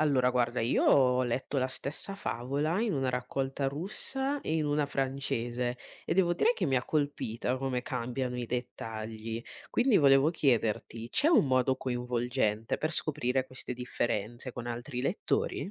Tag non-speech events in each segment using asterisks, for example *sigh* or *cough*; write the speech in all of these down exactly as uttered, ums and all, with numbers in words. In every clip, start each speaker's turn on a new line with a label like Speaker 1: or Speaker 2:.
Speaker 1: Allora, guarda, io ho letto la stessa favola in una raccolta russa e in una francese e devo dire che mi ha colpita come cambiano i dettagli. Quindi volevo chiederti, c'è un modo coinvolgente per scoprire queste differenze con altri lettori?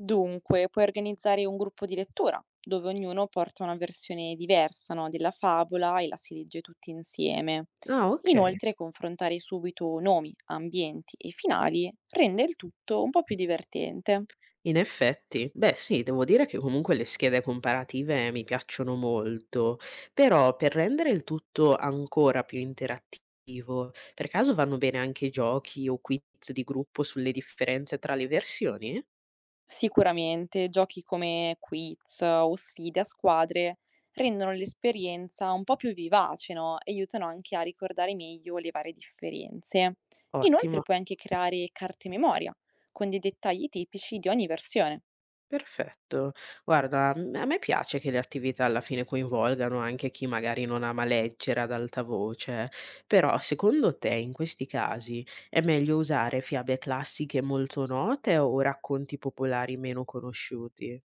Speaker 2: Dunque, puoi organizzare un gruppo di lettura, dove ognuno porta una versione diversa, no, della favola e la si legge tutti insieme.
Speaker 1: Ah, ok.
Speaker 2: Inoltre, confrontare subito nomi, ambienti e finali rende il tutto un po' più divertente.
Speaker 1: In effetti, beh sì, devo dire che comunque le schede comparative mi piacciono molto, però per rendere il tutto ancora più interattivo, per caso vanno bene anche giochi o quiz di gruppo sulle differenze tra le versioni?
Speaker 2: Sicuramente, giochi come quiz o sfide a squadre rendono l'esperienza un po' più vivace, no? E aiutano anche a ricordare meglio le varie differenze. Inoltre
Speaker 1: Ottimo.
Speaker 2: puoi anche creare carte memoria con dei dettagli tipici di ogni versione.
Speaker 1: Perfetto. Guarda, mhmm, a me piace che le attività alla fine coinvolgano anche chi magari non ama leggere ad alta voce, però secondo te in questi casi è meglio usare fiabe classiche molto note o racconti popolari meno conosciuti?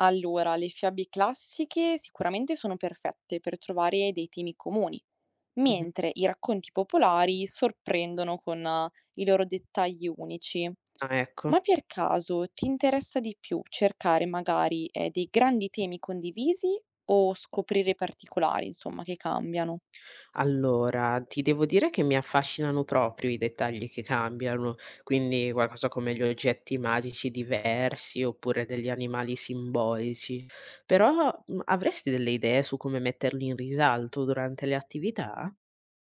Speaker 2: Allora, le fiabe classiche sicuramente sono perfette per trovare dei temi comuni,
Speaker 1: Mh-mh.
Speaker 2: mentre i racconti popolari sorprendono con eh, i loro dettagli unici.
Speaker 1: Ah,
Speaker 2: Ma
Speaker 1: ecco.
Speaker 2: per caso ti interessa di più cercare magari eh, dei grandi temi condivisi o scoprire i particolari, insomma, che cambiano?
Speaker 1: Allora, ti devo dire che mi affascinano proprio i dettagli che cambiano, quindi qualcosa come gli oggetti magici diversi oppure degli animali simbolici. Però mh, avresti delle idee su come metterli in risalto durante le attività?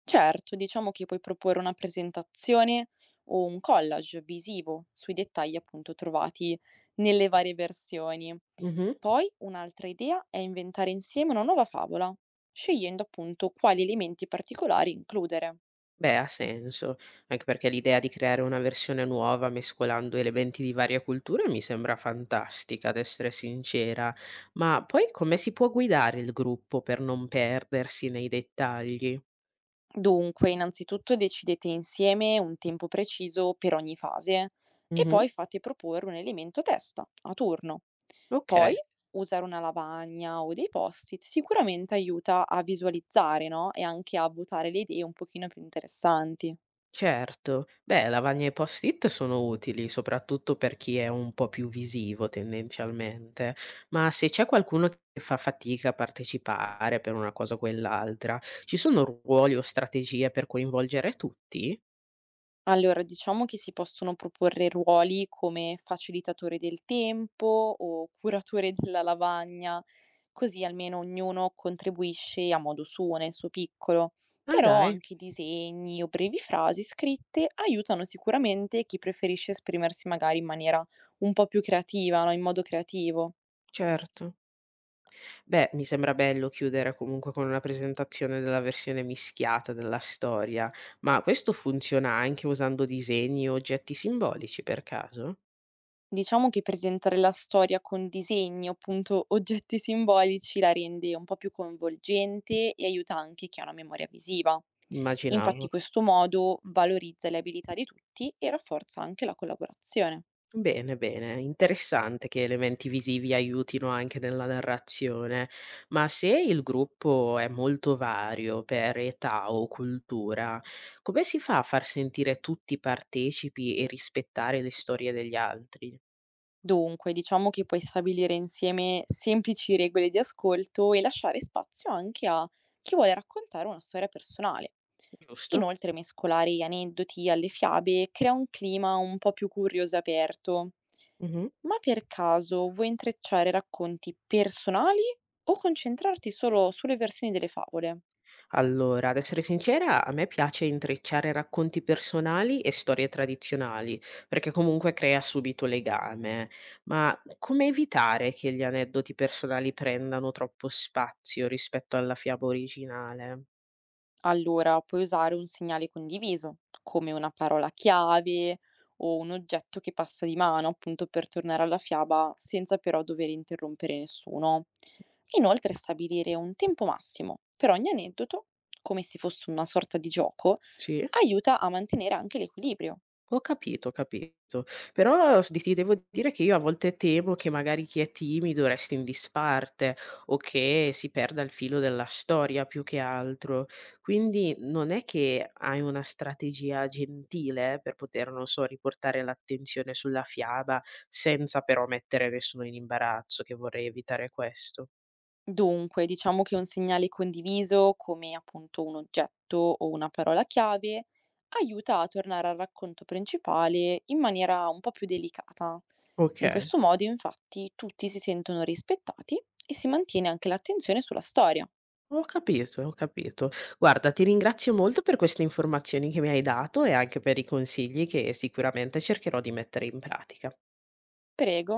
Speaker 2: Certo, diciamo che puoi proporre una presentazione o un collage visivo sui dettagli appunto trovati nelle varie versioni.
Speaker 1: Mhm.
Speaker 2: Poi un'altra idea è inventare insieme una nuova favola, scegliendo appunto quali elementi particolari includere.
Speaker 1: Beh, ha senso, anche perché l'idea di creare una versione nuova mescolando elementi di varie culture mi sembra fantastica, ad essere sincera. Ma poi come si può guidare il gruppo per non perdersi nei dettagli?
Speaker 2: Dunque, innanzitutto decidete insieme un tempo preciso per ogni fase e
Speaker 1: Mh-mh.
Speaker 2: poi fate proporre un elemento testa a turno. Poi
Speaker 1: Okay,
Speaker 2: usare una lavagna o dei post-it sicuramente aiuta a visualizzare, no? E anche a votare le idee un pochino più interessanti.
Speaker 1: certo. Beh, lavagne e post-it sono utili, soprattutto per chi è un po' più visivo tendenzialmente, ma se c'è qualcuno che fa fatica a partecipare per una cosa o quell'altra, ci sono ruoli o strategie per coinvolgere tutti?
Speaker 2: Allora, diciamo che si possono proporre ruoli come facilitatore del tempo o curatore *laughs* della lavagna, così almeno ognuno contribuisce a modo suo, nel suo piccolo.
Speaker 1: Ah
Speaker 2: Però
Speaker 1: dai,
Speaker 2: anche disegni o brevi frasi scritte aiutano sicuramente chi preferisce esprimersi magari in maniera un po' più creativa, no? In modo creativo.
Speaker 1: certo. Beh, mi sembra bello chiudere comunque con una presentazione della versione mischiata della storia, ma questo funziona anche usando disegni o oggetti simbolici per caso?
Speaker 2: Diciamo che presentare la storia con disegni, o appunto oggetti simbolici, la rende un po' più coinvolgente e aiuta anche chi ha una memoria visiva.
Speaker 1: Immaginavo.
Speaker 2: Infatti, questo modo valorizza le abilità di tutti e rafforza anche la collaborazione.
Speaker 1: Bene, bene, interessante che elementi visivi aiutino anche nella narrazione, ma se il gruppo è molto vario per età o cultura, come si fa a far sentire tutti partecipi e rispettare le storie degli altri?
Speaker 2: Dunque, diciamo che puoi stabilire insieme semplici regole di ascolto e lasciare spazio anche a chi vuole raccontare una storia personale.
Speaker 1: Giusto?
Speaker 2: Inoltre, mescolare gli aneddoti alle fiabe crea un clima un po' più curioso e aperto. Ma per caso vuoi intrecciare racconti personali o concentrarti solo sulle versioni delle favole?
Speaker 1: Allora, ad essere sincera, a me piace intrecciare racconti personali e storie tradizionali, perché comunque crea subito legame. Ma come evitare che gli aneddoti personali prendano troppo spazio rispetto alla fiaba originale?
Speaker 2: Allora puoi usare un segnale condiviso, come una parola chiave o un oggetto che passa di mano, appunto per tornare alla fiaba senza però dover interrompere nessuno. Inoltre stabilire un tempo massimo per ogni aneddoto, come se fosse una sorta di gioco,
Speaker 1: Sì?
Speaker 2: aiuta a mantenere anche l'equilibrio.
Speaker 1: Ho capito, ho capito. Però s di ti devo dire che io a volte temo che magari chi è timido resti in disparte o che si perda il filo della storia più che altro. Quindi non è che hai una strategia gentile per poter, non so, riportare l'attenzione sulla fiaba senza però mettere nessuno in imbarazzo, che vorrei evitare questo.
Speaker 2: Dunque, diciamo che un segnale condiviso, come appunto un oggetto o una parola chiave, aiuta a tornare al racconto principale in maniera un po' più delicata. In
Speaker 1: Okay.
Speaker 2: questo modo, infatti, tutti si sentono rispettati e si mantiene anche l'attenzione sulla storia.
Speaker 1: Ho capito, ho capito. Guarda, ti ringrazio molto per queste informazioni che mi hai dato e anche per i consigli che sicuramente cercherò di mettere in pratica.
Speaker 2: Prego.